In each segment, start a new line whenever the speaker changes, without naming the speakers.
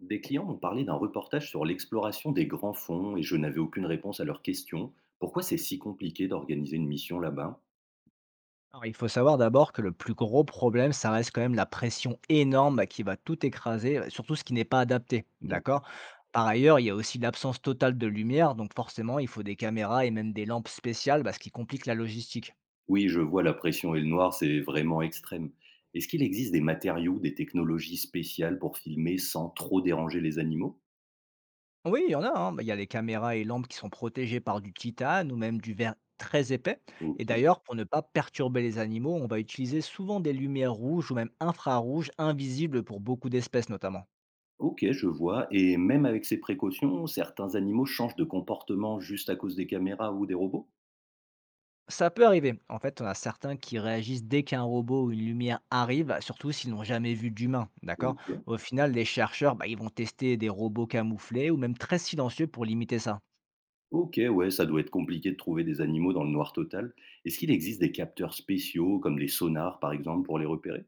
Des clients m'ont parlé d'un reportage sur l'exploration des grands fonds et je n'avais aucune réponse à leurs questions. Pourquoi c'est si compliqué d'organiser une mission là-bas?
Alors, il faut savoir d'abord que le plus gros problème, ça reste quand même la pression énorme bah, qui va tout écraser, surtout ce qui n'est pas adapté,
Donc,
d'accord? Par ailleurs, il y a aussi l'absence totale de lumière, donc forcément, il faut des caméras et même des lampes spéciales, bah, ce qui complique la logistique.
oui, je vois, la pression et le noir, c'est vraiment extrême. Est-ce qu'il existe des matériaux, des technologies spéciales pour filmer sans trop déranger les animaux?
Oui, il y en a, hein, bah, il y a les caméras et lampes qui sont protégées par du titane ou même du verre très épais.
Ok,
Et d'ailleurs, pour ne pas perturber les animaux, on va utiliser souvent des lumières rouges ou même infrarouges invisibles pour beaucoup d'espèces notamment.
ok, je vois. Et même avec ces précautions, certains animaux changent de comportement juste à cause des caméras ou des robots?
Ça peut arriver. En fait, on a certains qui réagissent dès qu'un robot ou une lumière arrive, surtout s'ils n'ont jamais vu d'humain, d'accord?
Ok.
Au final, les chercheurs, bah, ils vont tester des robots camouflés ou même très silencieux pour limiter ça.
OK, ouais, ça doit être compliqué de trouver des animaux dans le noir total. Est-ce qu'il existe des capteurs spéciaux, comme des sonars par exemple, pour les repérer?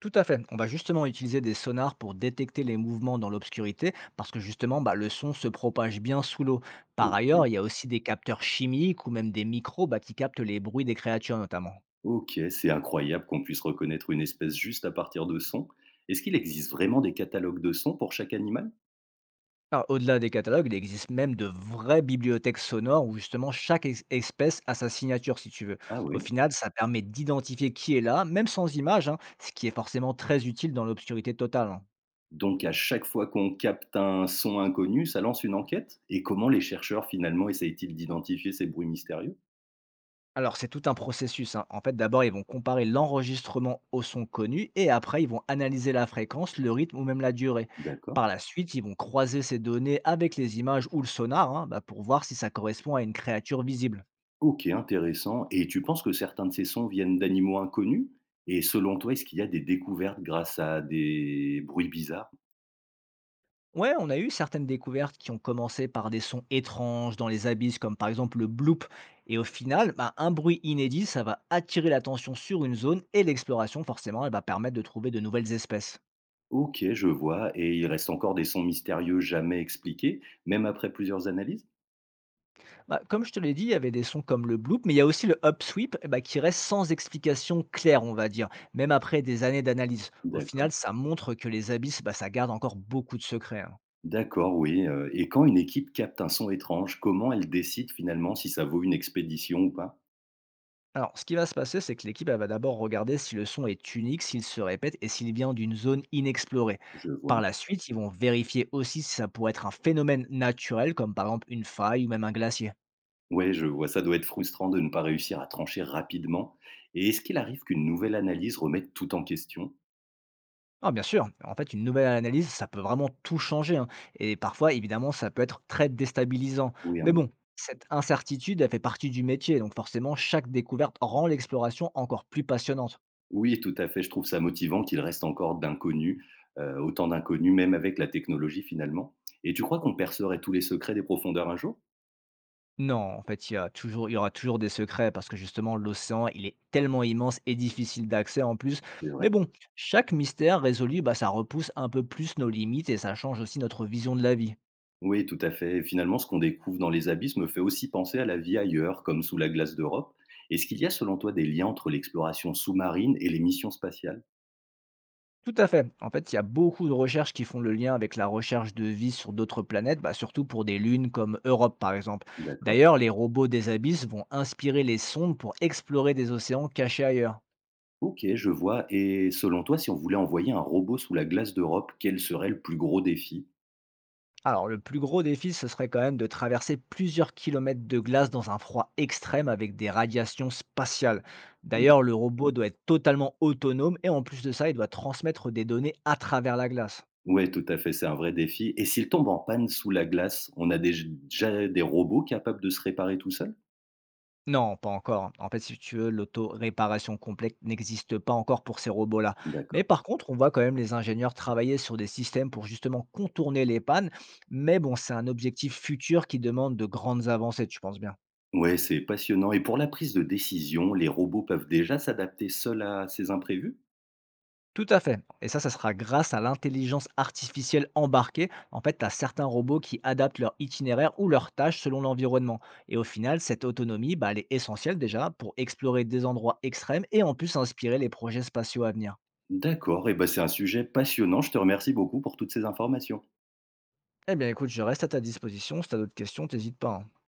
Tout à fait. On va justement utiliser des sonars pour détecter les mouvements dans l'obscurité parce que justement, bah, le son se propage bien sous l'eau. Par ailleurs,
OK.
il y a aussi des capteurs chimiques ou même des micros bah, qui captent les bruits des créatures notamment.
OK, c'est incroyable qu'on puisse reconnaître une espèce juste à partir de sons. Est-ce qu'il existe vraiment des catalogues de sons pour chaque animal?
Alors, au-delà des catalogues, il existe même de vraies bibliothèques sonores où justement chaque espèce a sa signature, si tu veux.
Ah
Au
oui.
final, ça permet d'identifier qui est là, même sans image, hein, ce qui est forcément très utile dans l'obscurité totale, hein.
Donc à chaque fois qu'on capte un son inconnu, ça lance une enquête? Et comment les chercheurs finalement essayent-ils d'identifier ces bruits mystérieux?
Alors, c'est tout un processus, hein. En fait, d'abord, ils vont comparer l'enregistrement au son connu et après, ils vont analyser la fréquence, le rythme ou même la durée.
D'accord.
Par la suite, ils vont croiser ces données avec les images ou le sonar hein, bah, pour voir si ça correspond à une créature visible.
OK, intéressant, et tu penses que certains de ces sons viennent d'animaux inconnus? Et selon toi, est-ce qu'il y a des découvertes grâce à des bruits bizarres?
Ouais, on a eu certaines découvertes qui ont commencé par des sons étranges dans les abysses, comme par exemple le bloop. Et au final, bah, un bruit inédit, ça va attirer l'attention sur une zone et l'exploration, forcément, elle va permettre de trouver de nouvelles espèces.
OK, je vois, et il reste encore des sons mystérieux jamais expliqués, même après plusieurs analyses?
Bah, comme je te l'ai dit, il y avait des sons comme le bloop, mais il y a aussi le upsweep eh bah, qui reste sans explication claire, on va dire, même après des années d'analyse. Au
D'accord.
final, ça montre que les abysses, bah, ça garde encore beaucoup de secrets, hein.
D'accord, oui, et quand une équipe capte un son étrange, comment elle décide finalement si ça vaut une expédition ou pas?
Alors, ce qui va se passer, c'est que l'équipe elle va d'abord regarder si le son est unique, s'il se répète et s'il vient d'une zone inexplorée.
Je vois.
Par la suite, ils vont vérifier aussi si ça pourrait être un phénomène naturel, comme par exemple une faille ou même un glacier.
Ouais, je vois, ça doit être frustrant de ne pas réussir à trancher rapidement, et est-ce qu'il arrive qu'une nouvelle analyse remette tout en question?
Ah, bien sûr, en fait, une nouvelle analyse, ça peut vraiment tout changer, hein. Et parfois, évidemment, ça peut être très déstabilisant.
Oui,
Mais
un...
bon, cette incertitude, elle fait partie du métier, donc forcément, chaque découverte rend l'exploration encore plus passionnante.
Oui, tout à fait. Je trouve ça motivant qu'il reste encore d'inconnus, autant d'inconnus, même avec la technologie, finalement. Et tu crois qu'on percerait tous les secrets des profondeurs un jour?
Non, en fait, il y aura toujours des secrets parce que justement, l'océan, il est tellement immense et difficile d'accès en plus.
C'est vrai.
Mais bon, chaque mystère résolu, bah, ça repousse un peu plus nos limites et ça change aussi notre vision de la vie.
Oui, tout à fait. Finalement, ce qu'on découvre dans les abysses me fait aussi penser à la vie ailleurs, comme sous la glace d'Europe. Est-ce qu'il y a, selon toi, des liens entre l'exploration sous-marine et les missions spatiales?
Tout à fait. En fait, il y a beaucoup de recherches qui font le lien avec la recherche de vie sur d'autres planètes, bah, surtout pour des lunes comme Europe par exemple.
D'accord.
D'ailleurs, les robots des abysses vont inspirer les sondes pour explorer des océans cachés ailleurs.
OK, je vois. Et selon toi, si on voulait envoyer un robot sous la glace d'Europe, quel serait le plus gros défi?
Alors, le plus gros défi, ce serait quand même de traverser plusieurs kilomètres de glace dans un froid extrême avec des radiations spatiales. D'ailleurs, le robot doit être totalement autonome et en plus de ça, il doit transmettre des données à travers la glace.
Ouais, tout à fait, c'est un vrai défi, et s'il tombe en panne sous la glace, on a déjà des robots capables de se réparer tout seuls?
Non, pas encore. En fait, si tu veux, l'auto-réparation complète n'existe pas encore pour ces robots-là. Mais
D'accord.
par contre, on voit quand même les ingénieurs travailler sur des systèmes pour justement contourner les pannes. Mais bon, c'est un objectif futur qui demande de grandes avancées, tu penses bien.
Ouais, c'est passionnant, et pour la prise de décision, les robots peuvent déjà s'adapter seuls à ces imprévus?
Tout à fait. Et ça sera grâce à l'intelligence artificielle embarquée. En fait, tu as certains robots qui adaptent leur itinéraire ou leurs tâches selon l'environnement. Et au final, cette autonomie, bah, elle est essentielle déjà pour explorer des endroits extrêmes et en plus inspirer les projets spatiaux à venir.
D'accord et ben, c'est un sujet passionnant. Je te remercie beaucoup pour toutes ces informations.
Eh bien, écoute, je reste à ta disposition. Si tu as d'autres questions, n'hésite pas, hein.